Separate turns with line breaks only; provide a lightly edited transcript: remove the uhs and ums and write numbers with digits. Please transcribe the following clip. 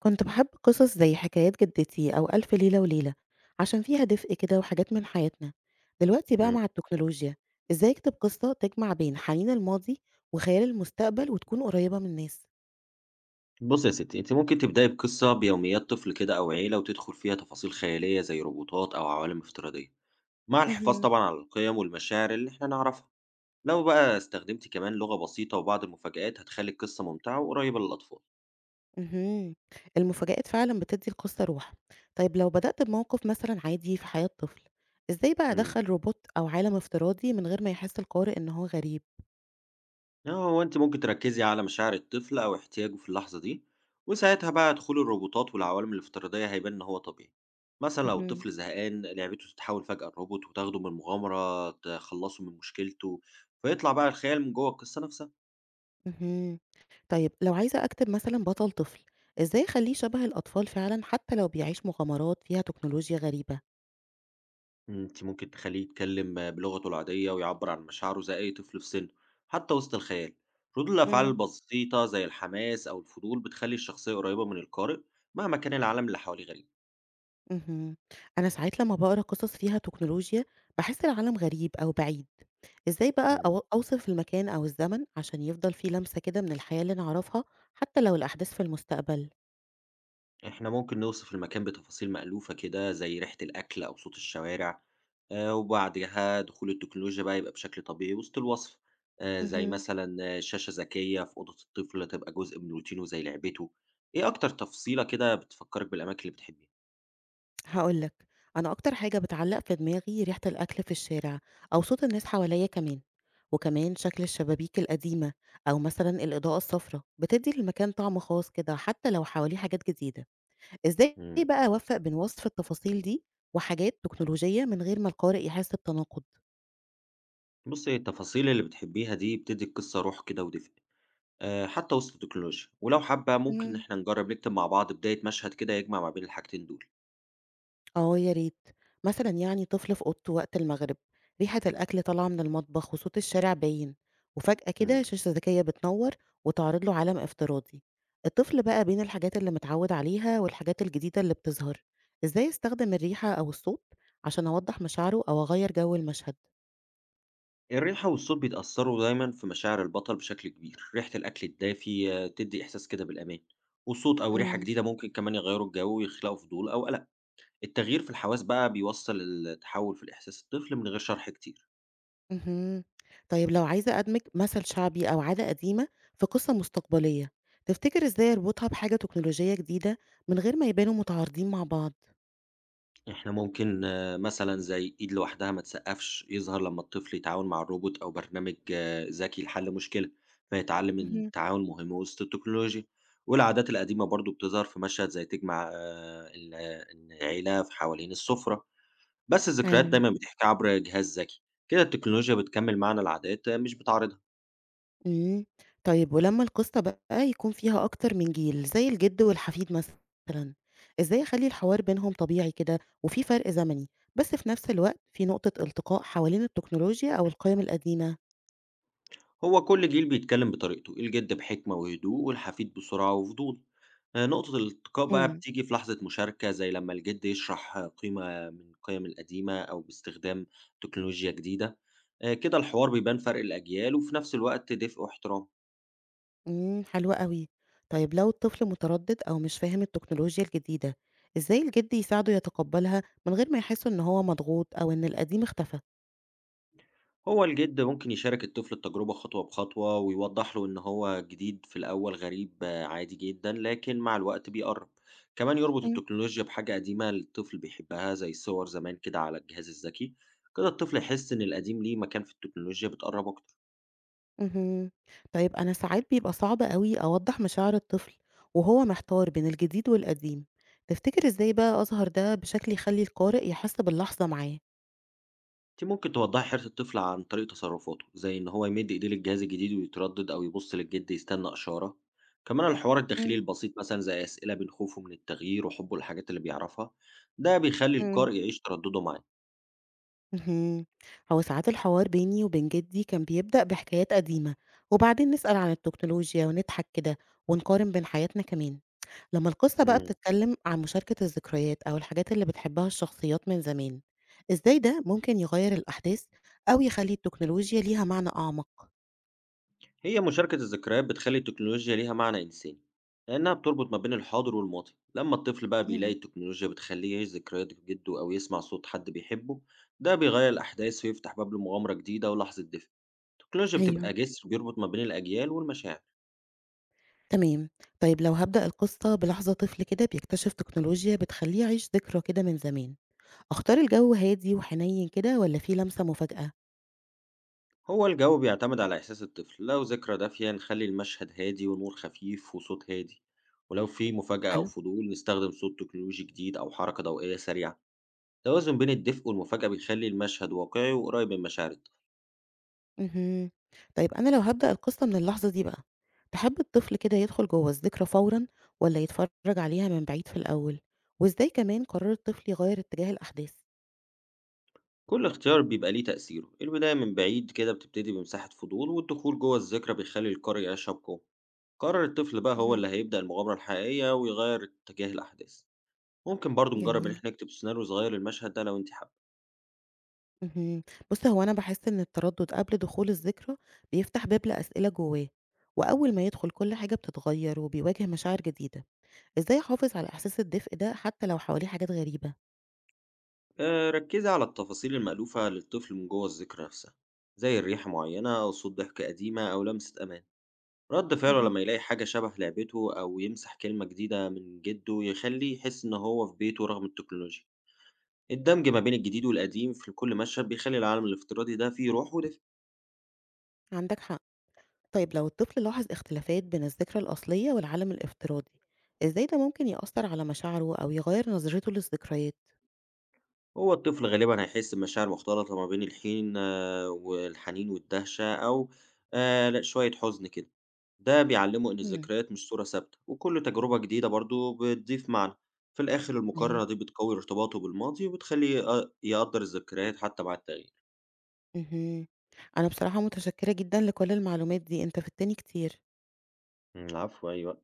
كنت باحب قصص زي حكايات جدتي أو ألف ليلة وليلة، عشان فيها دفء كده وحاجات من حياتنا. دلوقتي بقى
إمم.
مع التكنولوجيا، إزاي أكتب قصة تجمع بين حنين الماضي وخيال المستقبل وتكون قريبة من الناس؟
بُصّي يا ستّي، أنتِ ممكن تبدئي بقصة بيوميات طفل كده أو عيلة، وتدخل فيها تفاصيل خيالية زي روبوتات أو عوالم افتراضية، مع الحفاظ
اهم،
طبعًا على القيم والمشاعر اللي إحنا نعرفها. لو بقى استخدمتِ كمان لغة بسيطة وبعض المفاجآت، هتخلّي القصة ممتعة وقريبة للأطفال.
اهم، المفاجآت فعلًا بتدّي القصة روح. طيب لو بدأت بموقف مثلًا عادي في حياة طفل، إزاي بقى
إمم.
أدخّل روبوت أو عالم افتراضي من غير ما يحس القارئ إن هو غريب؟
لا هو أنتِ ممكن تركّزي على مشاعر الطفل أو احتياجه في اللحظة دي، وساعتها بقى دخول الروبوتات والعوالم الافتراضية هيبان إن هو طبيعي. مثلًا لو
اهم.
الطفل زهقان لعبته تتحول فجأة لروبوت وتاخده من مغامرة تخلّصه من مشكلته، فيطلع بقى الخيال من جوّه القصة نفسها.
اهم. طيب لو عايزة أكتب مثلًا بطل طفل، إزاي أخلّيه شبه الأطفال فعلًا حتى لو بيعيش مغامرات فيها تكنولوجيا غريبة؟
أنتِ ممكن تخلّيه يتكلم بلغته العادية ويعبّر عن مشاعره زي أي طفل في سنه، حتى وسط الخيال. ردود الأفعال
إمم.
البسيطة زي الحماس أو الفضول بتخلّي الشخصية قريبة من القارئ مهما كان العالم اللي حواليه
اهم. أنا ساعات لمّا باقرا قصص فيها تكنولوجيا باحس العالم غريب أو بعيد، إزاي بقى
غريب.
أوصف المكان أو الزمن عشان يفضل فيه لمسة كده من الحياة اللي نعرفها حتى لو الأحداث في المستقبل؟
إحنا ممكن نوصف المكان بتفاصيل مألوفة كده زي ريحة الأكل أو صوت الشوارع وبعدها دخول التكنولوجيا بقى يبقى بشكل طبيعي وسط الوصف زي
اهم.
مثلا شاشة ذكية في أوضة الطفل تبقى جزء من روتينه زي لعبته. إيه أكتر تفصيلة كده بتفكرك بالأماكن اللي بتحبيها؟
هاقول لك، أنا أكتر حاجة بتعلّق في دماغي ريحة الأكل في الشارع أو صوت الناس حواليّا كمان، وكمان شكل الشبابيك القديمة أو مثلًا الإضاءة الصفرا، بتدّي للمكان طعم خاص كده حتى لو حواليه حاجات جديدة. إزاي
مم.
بقى أوفّق بين وصف التفاصيل دي وحاجات تكنولوجية من غير ما القارئ يحس بتناقض؟
بصي التفاصيل اللي بتحبيها دي بتدي القصة روح كده ودفء حتى وسط التكنولوجيا، ولو حابة ممكن إن إحنا نجرب نكتب مع بعض بداية مشهد كده يجمع ما بين الحاجتين دول.
آه يا ريت، مثلًا يعني طفل في أوضته وقت المغرب، ريحة الأكل طالعة من المطبخ وصوت الشارع باين، وفجأة كده
مم.
شاشة ذكية بتنور وتعرض له عالم افتراضي، الطفل بقى بين الحاجات اللي متعود عليها والحاجات الجديدة اللي بتظهر، إزاي أستخدم الريحة أو الصوت عشان أوضح مشاعره أو أغير جو المشهد؟
الريحة والصوت بيتأثّروا دايمًا في مشاعر البطل بشكل كبير، ريحة الأكل الدافي تدّي إحساس كده بالأمان، وصوت أو ريحة
امم.
جديدة ممكن كمان يغيّروا الجو ويخلقوا فضول أو قلق. التغيير في الحواس بقى بيوصّل التحوّل في الإحساس الطفل من غير شرح كتير.
اهم، طيب لو عايزة أدمج مثل شعبي أو عادة قديمة في قصة مستقبلية، تفتكر إزاي أربطها بحاجة تكنولوجية جديدة من غير ما يبانوا متعارضين مع بعض؟
إحنا ممكن مثلًا زي إيد لوحدها ما تسقّفش يظهر لمّا الطفل يتعاون مع الروبوت أو برنامج ذكي لحل مشكلة، فيتعلّم إن التعاون مهم وسط التكنولوجيا، والعادات القديمة برضه بتظهر في مشهد زي تجمع آه، ال آه، العيلة في حوالين السفرة. بس الذكريات
أيوه،
دايما بتحكي عبر جهاز ذكي. كده التكنولوجيا بتكمل معنى العادات مش بتعرضها.
إمم، طيب ولمّا القصة بقى يكون فيها أكتر من جيل، زي الجد والحفيد مثلًا، إزاي أخلّي الحوار بينهم طبيعي كده وفي فرق زمني، بس في نفس الوقت في نقطة التقاء حوالين التكنولوجيا أو القيم القديمة؟
هو كل جيل بيتكلم بطريقته، الجد بحكمة وهدوء والحفيد بسرعة وفضول. نقطة الالتقاء بقى
إمم.
بتيجي في لحظة مشاركة زي لما الجد يشرح قيمة من القيم القديمة أو باستخدام تكنولوجيا جديدة. كده الحوار بيبان فرق الأجيال وفي نفس الوقت دفء واحترام.
إمم، حلو أوي، طيب لو الطفل متردد أو مش فاهم التكنولوجيا الجديدة، إزاي الجد يساعده يتقبلها من غير ما يحس إن هو مضغوط أو إن القديم اختفى؟
هو الجد ممكن يشارك الطفل التجربة خطوة بخطوة ويوضح له إن هو جديد في الأول غريب، عادي جدا، لكن مع الوقت بيقرب. كمان يربط التكنولوجيا بحاجة قديمة الطفل بيحبها زي صور زمان كده على الجهاز الذكي. كده الطفل يحس إن القديم ليه مكان في التكنولوجيا بتقرب أكتر.
اهم. طيب أنا ساعات بيبقى صعب أوي أوضّح مشاعر الطفل وهو محتار بين الجديد والقديم، تفتكر إزاي بقى أظهر ده بشكل يخلّي القارئ يحس باللحظة معاه؟
أنت ممكن توضحي حيرة الطفل عن طريق تصرفاته زي إن هو يمد إيديه للجهاز الجديد ويتردد أو يبص للجد يستنى إشارة. كمان الحوار الداخلي
إمم،
البسيط مثلا زي أسئلة بين خوفه من التغيير وحبه للحاجات اللي بيعرفها. ده بيخلي
إمم.
القارئ يعيش تردده مع
اهم. هو ساعات الحوار بيني وبين جدي كان بيبدأ بحكايات قديمة، وبعدين نسأل عن التكنولوجيا ونضحك كده ونقارن بين حياتنا كمان. لمّا القصة بقى
إمم.
بتتكلم عن مشاركة الذكريات أو الحاجات اللي بتحبها الشخصيات من زمان، إزاي ده ممكن يغيّر الأحداث أو يخلّي التكنولوجيا ليها معنى أعمق؟
هي مشاركة الذكريات بتخلّي التكنولوجيا ليها معنى إنساني، لإنها بتربط ما بين الحاضر والماضي. لمّا الطفل بقى بيلاقي
اهم.
التكنولوجيا بتخلّيه يعيش ذكريات جدُّه أو يسمع صوت حد بيحبه، ده بيغيّر الأحداث ويفتح باب لمغامرة جديدة ولحظة دفء. التكنولوجيا
أيوه،
بتبقى جسر بيربط ما بين الأجيال والمشاعر.
تمام. طيب لو هابدأ القصة بلحظة طفل كده بيكتشف تكنولوجيا بتخلّيه يعيش ذكرى كده من زمان، أختار الجو هادي وحنين كده والّا في لمسة مفاجأة؟
هو الجو بيعتمد على إحساس الطفل، لو ذكرى دافية نخلّي المشهد هادي ونور خفيف وصوت هادي، ولو في مفاجأة أو
حلو.
فضول نستخدم صوت تكنولوجي جديد أو حركة ضوئية سريعة. توازن بين الدفء والمفاجأة بيخلي المشهد واقعي وقريب من مشاعرك.
اهم. طيب أنا لو هابدأ القصة من اللحظة دي بقى، تحب الطفل كده يدخل جوّه الذكرى فورًا والّا يتفرج عليها من بعيد في الأول؟ وإزاي كمان قرار الطفل يغيّر اتجاه الأحداث؟
كل اختيار بيبقى ليه تأثيره، البداية من بعيد كده بتبتدي بمساحة فضول، والدخول جوه الذكرى بيخلي القارئ يعيشها بقوة. قرر الطفل بقى هو
اهم.
اللي هيبدأ المغامرة الحقيقية ويغير اتجاه الأحداث. ممكن برضو نجرب إن
جميل.
احنا نكتب سيناريو صغير للمشهد ده لو انت حابة.
اهم. بُص، هو أنا باحس إن التردُّد قبل دخول الذكرى بيفتح باب لأسئلة جوّاه، وأول ما يدخل كل حاجة بتتغيّر وبيواجه مشاعر جديدة. إزاي أحافظ على إحساس الدفء ده حتى لو حواليه حاجات غريبة؟
ركزي على التفاصيل المألوفة للطفل من جوه الذكرى نفسها، زي الريحة معينة أو صوت ضحكة قديمة أو لمسة أمان. رد فعله
اهم.
لما يلاقي حاجة شبه لعبته أو يمسح كلمة جديدة من جده يخليه يحس إن هو في بيته رغم التكنولوجيا. الدمج ما بين الجديد والقديم في كل مشهد بيخلي العالم الافتراضي ده فيه روح ودفء.
عندك حق. طيب لو الطفل لاحظ اختلافات بين الذكرى الأصلية والعالم الافتراضي، إزاي ده ممكن يأثّر على مشاعره أو يغيّر نظرته للذكريات؟
هو الطفل غالبا هيحس بمشاعر مختلطة ما بين الحين والحنين والدهشة، أو لأ، شوية حزن كده. ده بيعلمه إن
إمم،
الذكريات مش صورة ثابتة، وكل تجربة جديدة برضو بتضيف معنى. في الآخر
أيوه.
المقارنة دي بتقوي ارتباطه بالماضي وبتخليه يقدر الذكريات حتى مع التغيير.
اهم. أنا بصراحة متشكّرة جدًا لكل المعلومات دي، أنت فدتني كتير.
العفو، أيوة.